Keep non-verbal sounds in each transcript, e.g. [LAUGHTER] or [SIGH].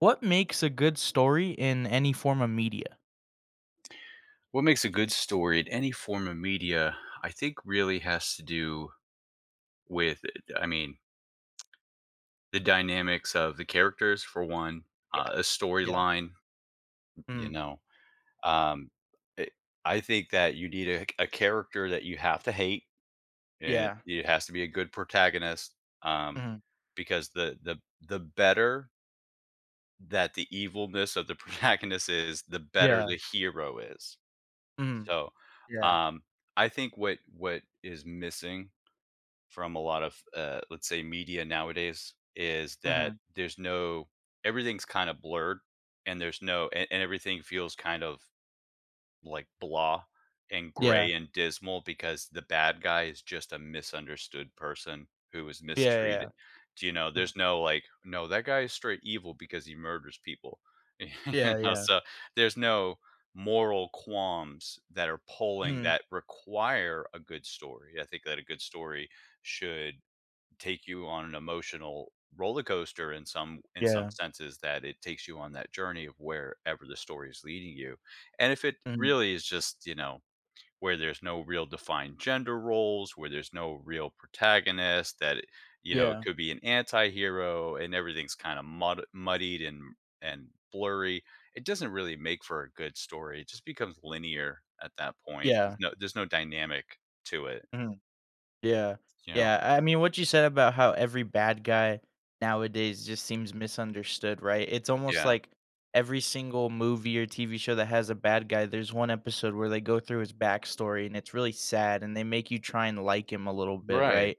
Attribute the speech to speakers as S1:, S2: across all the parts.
S1: What makes a good story in any form of media?
S2: What makes a good story in any form of media, I think, really has to do with, I mean, the dynamics of the characters, for one,
S1: Yeah.
S2: a
S1: Yeah.
S2: storyline, you
S1: Mm.
S2: know. Um, it, I think that you need a character that you have to hate, and
S1: Yeah.
S2: it has to be a good protagonist, um,
S1: Mhm.
S2: because the better that the evilness of the [LAUGHS] protagonist is, the better
S1: Yeah.
S2: the hero is.
S1: Mhm.
S2: So,
S1: Yeah.
S2: um, I think what is missing from a lot of let's say media nowadays is that
S1: Mhm.
S2: there's no. Everything's kind of blurred and there's no and, and everything feels kind of like blah and
S1: Yeah.
S2: gray and dismal because the bad guy is just a misunderstood person who was
S1: Yeah,
S2: mistreated.
S1: yeah.
S2: Do you know,
S1: Mhm.
S2: there's no like no, that guy is straight evil because he murders people, [LAUGHS] you
S1: Yeah,
S2: know.
S1: yeah.
S2: So there's no moral qualms that are pulling
S1: Mhm.
S2: that require a good story. I think that a good story should take you on an emotional roller coaster in some
S1: Yeah.
S2: senses, that it takes you on that journey of wherever the story is leading you. And if it
S1: Mhm.
S2: really is just, you know, where there's no real defined gender roles, where there's no real you know, it
S1: Yeah.
S2: could be an anti-hero and everything's kind of muddied and blurry. It doesn't really make for a good story. It just becomes linear at that point. There's
S1: Yeah.
S2: no dynamic to it,
S1: Mhm. Yeah.
S2: you know.
S1: Yeah. I mean, what you said about how every bad guy nowadays just seems misunderstood, right? It's almost
S2: Yeah.
S1: like every single movie or TV show that has a bad guy, there's one episode where they go through his backstory and it's really sad and they make you try and like him a little bit,
S2: Right.
S1: right?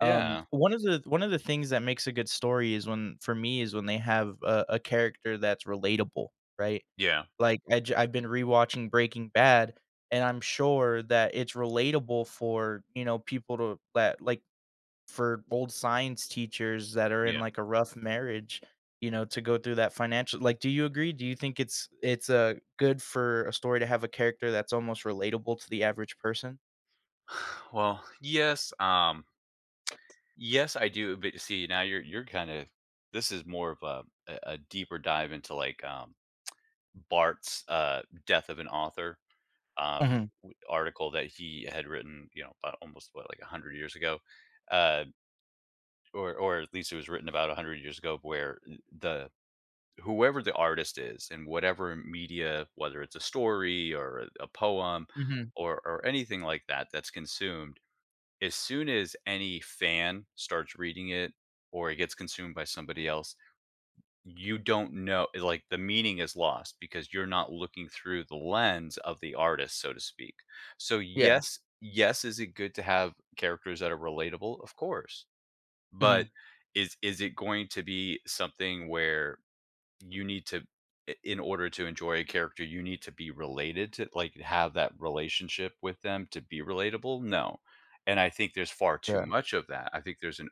S2: Yeah.
S1: One of the things that makes a good story is is when they have a character that's relatable, right?
S2: Yeah,
S1: Like, I've been rewatching Breaking Bad, and I'm sure that it's relatable for, people to that like, for old science teachers that are in,
S2: yeah.
S1: like, a rough marriage, you know, to go through that financial like, do you agree? Do you think it's good for a story to have a character that's almost relatable to the average person?
S2: [SIGHS] Well, yes, yes, I do, but see, now you're kind of, this is more of a a deeper dive into, like, Bart's, Death of an Author, uh,
S1: Mhm.
S2: w article that he had written, you know, about almost, what, like, 100 years ago, uh, or at least it was written about 100 years ago, where the whoever the artist is in whatever media, whether it's a story or a poem
S1: Mhm.
S2: or anything like that that's consumed, as soon as any fan starts reading it or it gets consumed by somebody else, you don't know, like the meaning is lost because you're not looking through the lens of the artist, so to speak. So
S1: Yeah.
S2: yes, yes, is it good to have characters that are relatable? Of course. But
S1: Mhm.
S2: is it going to be something where you need to I in order to enjoy a character, you need to be related to, like, have that relationship with them to be relatable? No, and I think there's far too
S1: Yeah.
S2: much of that. I think there's an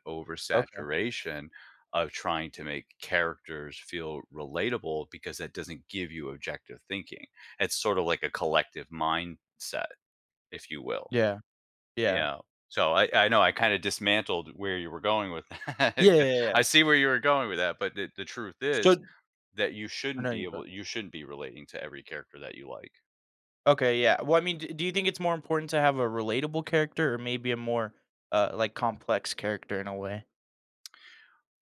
S1: Okay.
S2: oversaturation of trying to make characters feel relatable because that doesn't give you objective thinking. It's sort of like a collective mindset, if you will.
S1: Yeah. Yeah.
S2: Yeah. So I know I kinda dismantled where you were going with that.
S1: Yeah, yeah,
S2: [LAUGHS]
S1: yeah.
S2: I see where you were going with that, but the truth
S1: So
S2: is that you
S1: I
S2: shouldn't
S1: know
S2: be
S1: you go
S2: able, you shouldn't be relating to every character that you like.
S1: Okay, yeah. Well, I mean, d do you think it's more important to have a relatable character or maybe a more, like, complex character in a way?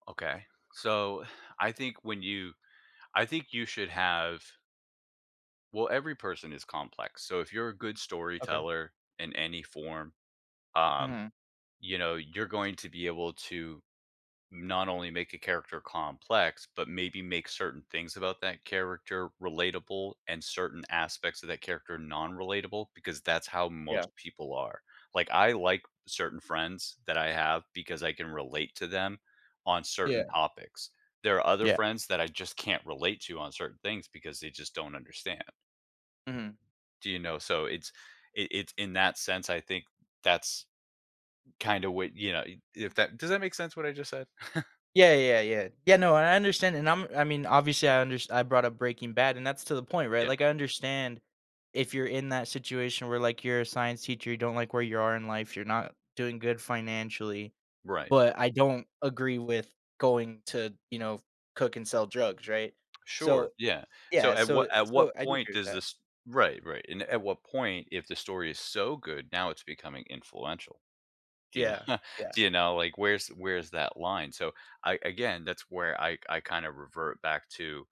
S2: Okay. So I think when you I think you should have, well, every person is complex. So if you're a good
S1: Okay.
S2: storyteller in any form, um,
S1: Mhm.
S2: you know, you're going to be able to not only make a character complex, but maybe make certain things about that character relatable and certain aspects of that character non relatable because that's how
S1: Yeah.
S2: most people are. Like, I like certain friends that I have because I can relate to them on
S1: Yeah.
S2: certain topics. There are other
S1: Yeah.
S2: friends that I just can't relate to on certain things because they just don't understand.
S1: Mhm.
S2: Do you know? So it's in that sense, I think that's kind of what, you know, if that, does that make sense what I just said? [LAUGHS]
S1: Yeah, yeah, yeah. Yeah, no, and I understand, and obviously, I brought up Breaking Bad, and that's to the point, right?
S2: Yeah.
S1: Like, I understand if you're in that situation where, like, you're a science teacher, you don't like where you are in life, you're not doing good financially.
S2: Right.
S1: But I don't agree with going to, you know, cook and sell drugs, right?
S2: Sure,
S1: So
S2: yeah. So
S1: yeah, so
S2: at
S1: so
S2: what
S1: I do
S2: point
S1: agree with
S2: does
S1: that.
S2: this, right, right. And at what point, if the story is so good, now it's becoming influential. Do you know?
S1: Yeah,
S2: [LAUGHS]
S1: yeah.
S2: Do you know, like where's that line? So I again, that's where I kind of revert back to,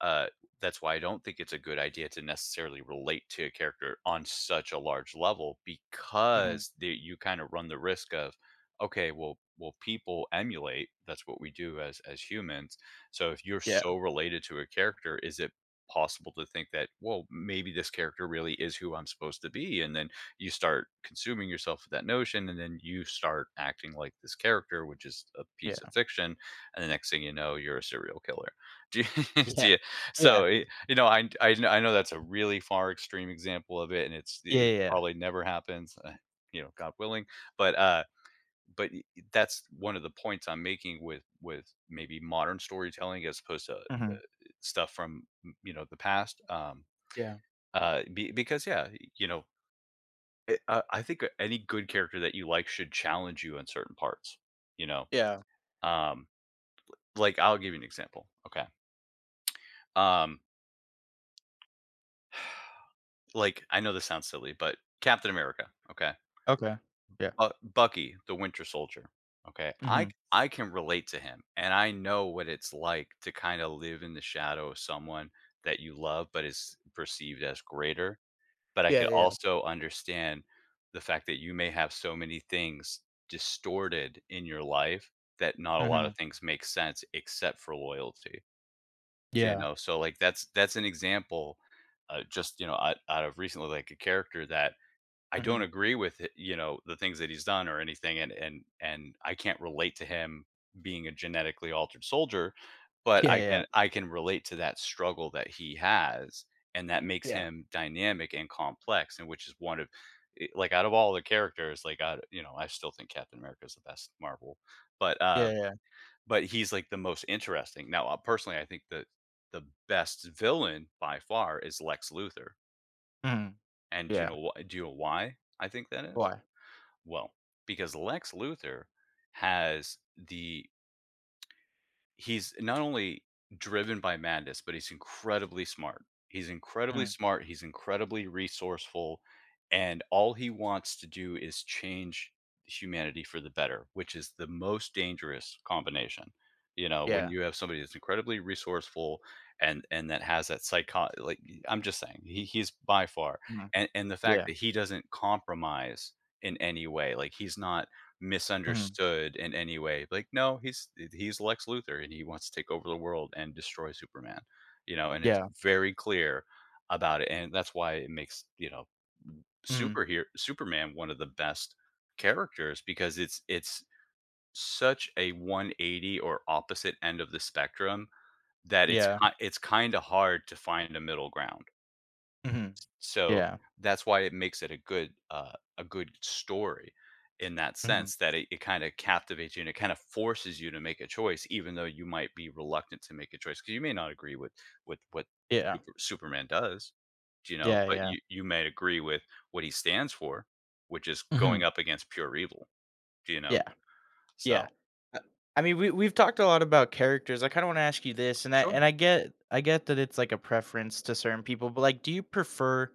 S2: uh, that's why I don't think it's a good idea to necessarily relate to a character on such a large level
S1: Mhm.
S2: because the, you kind of run the risk of, okay, people emulate. That's what we do as humans. So if you're
S1: Yeah,
S2: so related to a character, is it possible to think that, well, maybe this character really is who I'm supposed to be? And then you start consuming yourself with that notion, and then you start acting like this character, which is a piece of
S1: yeah.
S2: fiction. And the next thing you know, you're a serial killer. [LAUGHS] Do you, [LAUGHS] do
S1: Yeah.
S2: you,
S1: Yeah.
S2: so, it you know, I kn I know that's a really far extreme example of it, and it's
S1: Yeah,
S2: it
S1: yeah, yeah.
S2: probably never happens, you know, God willing, but, uh, but y that's one of the points I'm making with maybe modern storytelling as opposed to
S1: Mhm.
S2: stuff from, m you know, the past,
S1: Yeah.
S2: be because, yeah, you know, it I think any good character that you like should challenge you in certain parts, you know?
S1: Yeah.
S2: Um, like, I'll give you an example, okay? Um, [SIGHS] like, I know this sounds silly, but Captain America, okay?
S1: Okay. Yeah.
S2: Bu Bucky, the Winter Soldier, okay? I
S1: Mhm.
S2: I can relate to him, and I know what it's like to kinda live in the shadow of someone that you love, but is perceived as greater, but I could
S1: Yeah, yeah.
S2: also understand the fact that you may have so many things distorted in your life that not a lot of
S1: Mhm.
S2: things make sense except for loyalty, do you
S1: Yeah.
S2: know? So, like, that's an example, just, you know, out of recently, like, a character that I don't
S1: Mhm.
S2: agree with it, you know, the things that he's done or anything, and and I can't relate to him being a genetically altered soldier, but
S1: Yeah, yeah.
S2: I can relate to that struggle that he has, and that makes
S1: Yeah.
S2: him dynamic and complex, and which is one of, like out of all the characters, like I you know, I still think Captain America is the best Marvel, but
S1: Yeah,
S2: um,
S1: yeah.
S2: but he's like the most interesting. Now, personally, I think that the best villain by far is Lex Luthor,
S1: Mhm.
S2: and do you
S1: Yeah.
S2: know what? Do you know why I think that is?
S1: Why?
S2: Well, because Lex Luthor has the, he's not only driven by madness, but he's incredibly smart. He's incredibly
S1: Mhm.
S2: smart, he's incredibly resourceful, and all he wants to do is change humanity for the better, which is the most dangerous combination. You know, when
S1: Yeah.
S2: you have somebody that's incredibly resourceful and that has that psycho, like I'm just saying, he's by far,
S1: Mhm.
S2: and the fact
S1: Yeah.
S2: that he doesn't compromise in any way, like he's not
S1: Mhm.
S2: misunderstood in any way. Like, no, he's Lex Luthor and he wants to take over the world and destroy Superman, you know, and it's
S1: Yeah.
S2: very clear about it. And that's why it makes, you know,
S1: Mhm.
S2: superhero Superman one of the best characters because it's such a 180 or opposite end of the spectrum that
S1: Yeah.
S2: it's kind of hard to find a middle ground.
S1: Mhm.
S2: So
S1: Yeah.
S2: that's why it makes it a good story in that
S1: Mhm.
S2: sense that it kind of captivates you and it kind of forces you to make a choice, even though you might be reluctant to make a choice because you may not agree with what
S1: Yeah.
S2: Superman does, you know,
S1: Yeah,
S2: but
S1: yeah.
S2: you may agree with what he stands for, which is going
S1: Mhm.
S2: up against pure evil, you know.
S1: Yeah.
S2: So
S1: Yeah. Uh, I mean, we've talked a lot about characters. I kinda wanna ask you this, and
S2: sure,
S1: I get that it's like a preference to certain people, but like, do you prefer,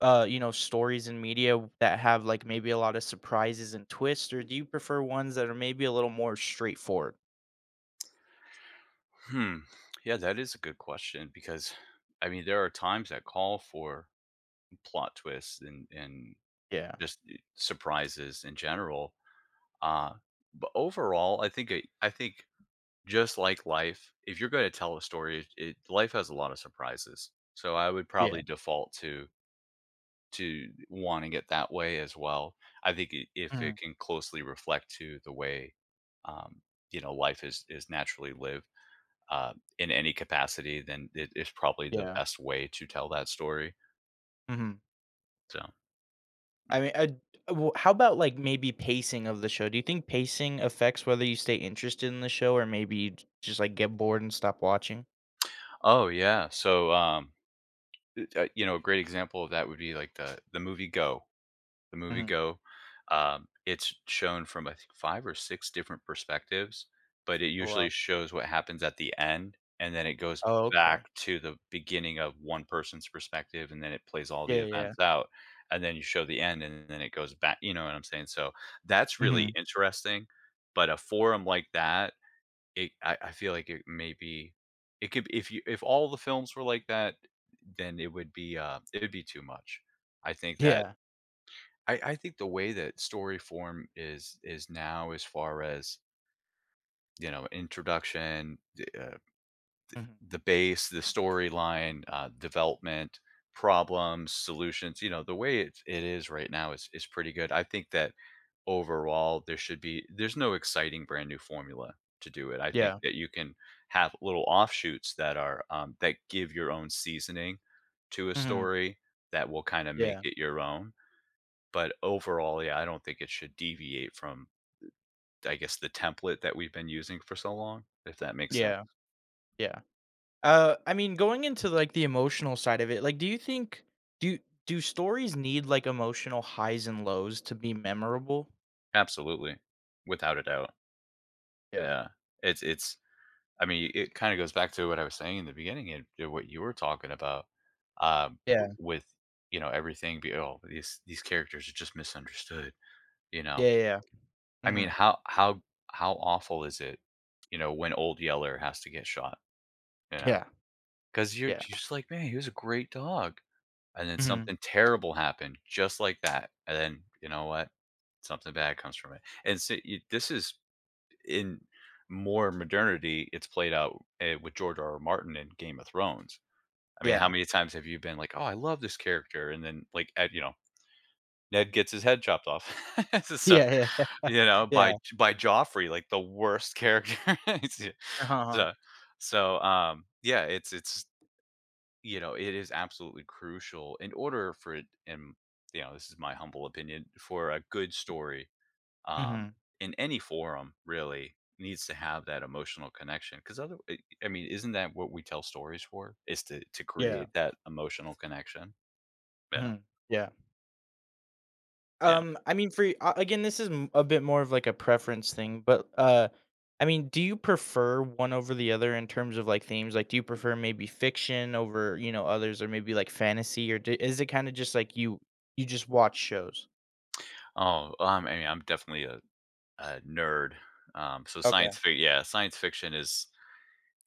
S1: you know, stories and media that have like maybe a lot of surprises and twists, or do you prefer ones that are maybe a little more straightforward?
S2: hmm, yeah, that is a good question because I mean there are times that call for plot twists and,
S1: Yeah.
S2: just surprises in general, uh, but overall, I think just like life, if you're gonna tell a story, it life has a lot of surprises, so I would
S1: Yeah.
S2: probably default to wanting it that way as well. I think I if
S1: Mhm.
S2: it can closely reflect to the way, um, you know, life is naturally lived, uh, in any capacity, then it is probably the
S1: Yeah.
S2: best way to tell that story,
S1: Mhm.
S2: so.
S1: I mean, I w how about like maybe pacing of the show? Do you think pacing affects whether you stay interested in the show or maybe you j just like get bored and stop watching?
S2: Oh, yeah, so, you know, a great example of that would be like the movie Go. The movie
S1: Mhm.
S2: Go, it's shown from I think 5 or 6 different perspectives, but it
S1: Oh,
S2: usually
S1: wow.
S2: shows what happens at the end, and then it goes
S1: Oh, okay.
S2: back to the beginning of one person's perspective, and then it plays all the
S1: Yeah, yeah.
S2: events out, and then you show the end, and then it goes back, you know what I'm saying? So, that's really
S1: Mhm.
S2: interesting, but a forum like that it I feel like it may be it could if you if all the films were like that, then it would be too much. I think that.
S1: Yeah.
S2: I think the way that story form is now as far as, you know, introduction,
S1: Mhm.
S2: the base, the storyline, development, problems, solutions, you know, the way it is right now is pretty good. I think that. Overall, there should be there's no exciting brand new formula to do it. I think
S1: Yeah.
S2: that you can have little offshoots that are, that give your own seasoning to a
S1: Mhm.
S2: story that will kinda make
S1: Yeah.
S2: it your own. But overall, yeah, I don't think it should deviate from, I guess, the template that we've been using for so long, if that makes sense.
S1: Yeah. Yeah. I mean, going into, like, the emotional side of it, like, do you think do do stories need, like, emotional highs and lows to be memorable?
S2: Absolutely. Without a doubt.
S1: Yeah.
S2: Yeah. It's I mean, it kind of goes back to what I was saying in the beginning and to what you were talking about um, w-
S1: Yeah.
S2: with, you know, everything. Oh, these characters are just misunderstood. You know,
S1: Yeah, yeah.
S2: I mean,
S1: Mhm.
S2: how awful is it, you know, when Old Yeller has to get shot? You know,
S1: Yeah.
S2: because you're,
S1: Yeah.
S2: you're just like, man, he was a great dog, and then
S1: Mhm.
S2: something terrible happened, just like that, and then you know what? Something bad comes from it. And this is in more modernity, it's played out with George R. R. Martin in Game of Thrones. I mean, how
S1: Yeah.
S2: many times have you been like, "Oh, I love this character," and then like, Ned gets his head chopped off, [LAUGHS] so
S1: Yeah, yeah,
S2: you know,
S1: [LAUGHS] yeah.
S2: by Joffrey, like the worst character. [LAUGHS] It's-
S1: Uh-huh, uh
S2: so, so, yeah, it is absolutely crucial in order for it, and you know, this is my humble opinion, for a good story um,
S1: Mhm.
S2: in any forum really needs to have that emotional connection because other I mean isn't that what we tell stories for is to
S1: Yeah.
S2: create that emotional connection. Yeah, no,
S1: Mhm. Yeah.
S2: yeah.
S1: I mean, for y again, this is m a bit more of, like, a preference thing, but, I mean, do you prefer one over the other in terms of, like, themes? Like, do you prefer maybe fiction over, you know, others or maybe, like, fantasy, or d is it kinda just like you just watch shows?
S2: Oh, I mean I'm definitely a, nerd. So
S1: Okay.
S2: science fiction, yeah, science fiction is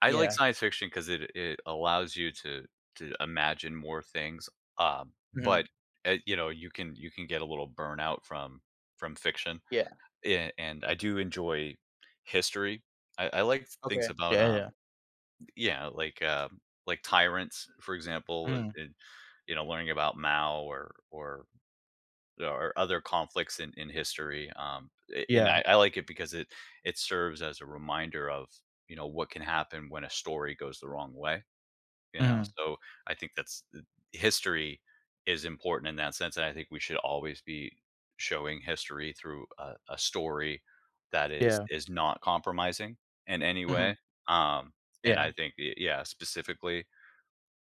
S2: I like
S1: Yeah.
S2: science fiction because it allows you to imagine more things. But
S1: Mhm.
S2: you can get a little burnout from fiction.
S1: Yeah.
S2: Yeah, and I do enjoy history. I like things
S1: Okay.
S2: about
S1: Yeah, yeah.
S2: yeah, like tyrants, for example,
S1: Mhm.
S2: and you know, learning about Mao or other conflicts in history. And
S1: Yeah.
S2: I like it because it serves as a reminder of, you know, what can happen when a story goes the wrong way. You know,
S1: Mhm.
S2: so I think that's history is important in that sense, and I think we should always be showing history through a story that is
S1: Yeah.
S2: is not compromising in any way.
S1: Mhm.
S2: Um, and
S1: Yeah.
S2: I think, yeah, specifically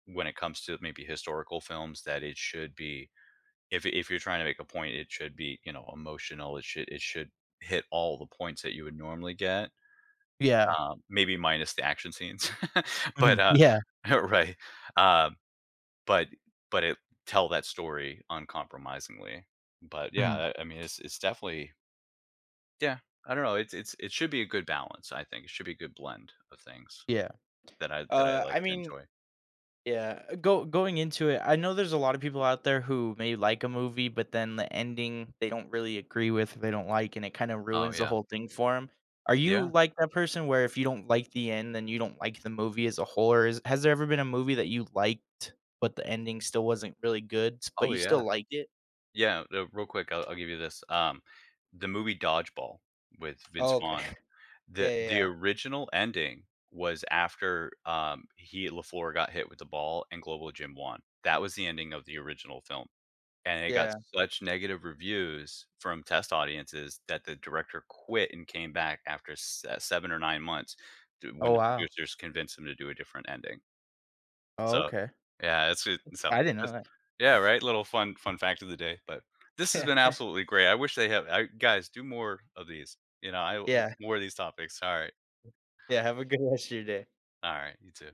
S2: when it comes to maybe historical films, that it should be if you're trying to make a point, it should be emotional. It should hit all the points that you would normally get,
S1: Yeah.
S2: maybe minus the action scenes, [LAUGHS] but
S1: Mhm. Yeah.
S2: [LAUGHS] right. Um, but it tell that story uncompromisingly. But
S1: Mhm.
S2: yeah, I mean, it's definitely yeah, I don't know, it should be a good balance, I think. It should be a good blend of things
S1: Yeah.
S2: that I like
S1: I
S2: to
S1: mean,
S2: enjoy.
S1: yeah, go going into it, I know there's a lot of people out there who may like a movie, but then the ending they don't really agree with, they don't like, and it kinda
S2: Oh,
S1: ruins the
S2: yeah.
S1: whole thing for them. Are you
S2: Yeah.
S1: like that person where if you don't like the end, then you don't like the movie as a whole, or is has there ever been a movie that you liked, but the ending still wasn't really good, s but
S2: Oh,
S1: you
S2: yeah.
S1: still liked it?
S2: Yeah, real quick, I'll give you this, the movie Dodgeball with Vince
S1: Oh, okay.
S2: Vaughn.
S1: [LAUGHS]
S2: The
S1: Yeah, yeah, yeah.
S2: original ending was after, he LaFleur got hit with the ball and Global Gym won. That was the ending of the original film. And it got
S1: Yeah.
S2: such negative reviews from test audiences that the director quit and came back after 7 or 9 months to when
S1: Oh,
S2: the
S1: wow.
S2: producers convinced him to do a different ending.
S1: Oh,
S2: So,
S1: okay.
S2: yeah, it's it so
S1: I didn't know
S2: just
S1: that.
S2: yeah, right? Little fun fact of the day, but this has been
S1: [LAUGHS]
S2: absolutely great. I wish they have I guys, do more of these. You know, I
S1: Yeah,
S2: more of these topics. All right.
S1: yeah, have a good rest of your day.
S2: All right. You too.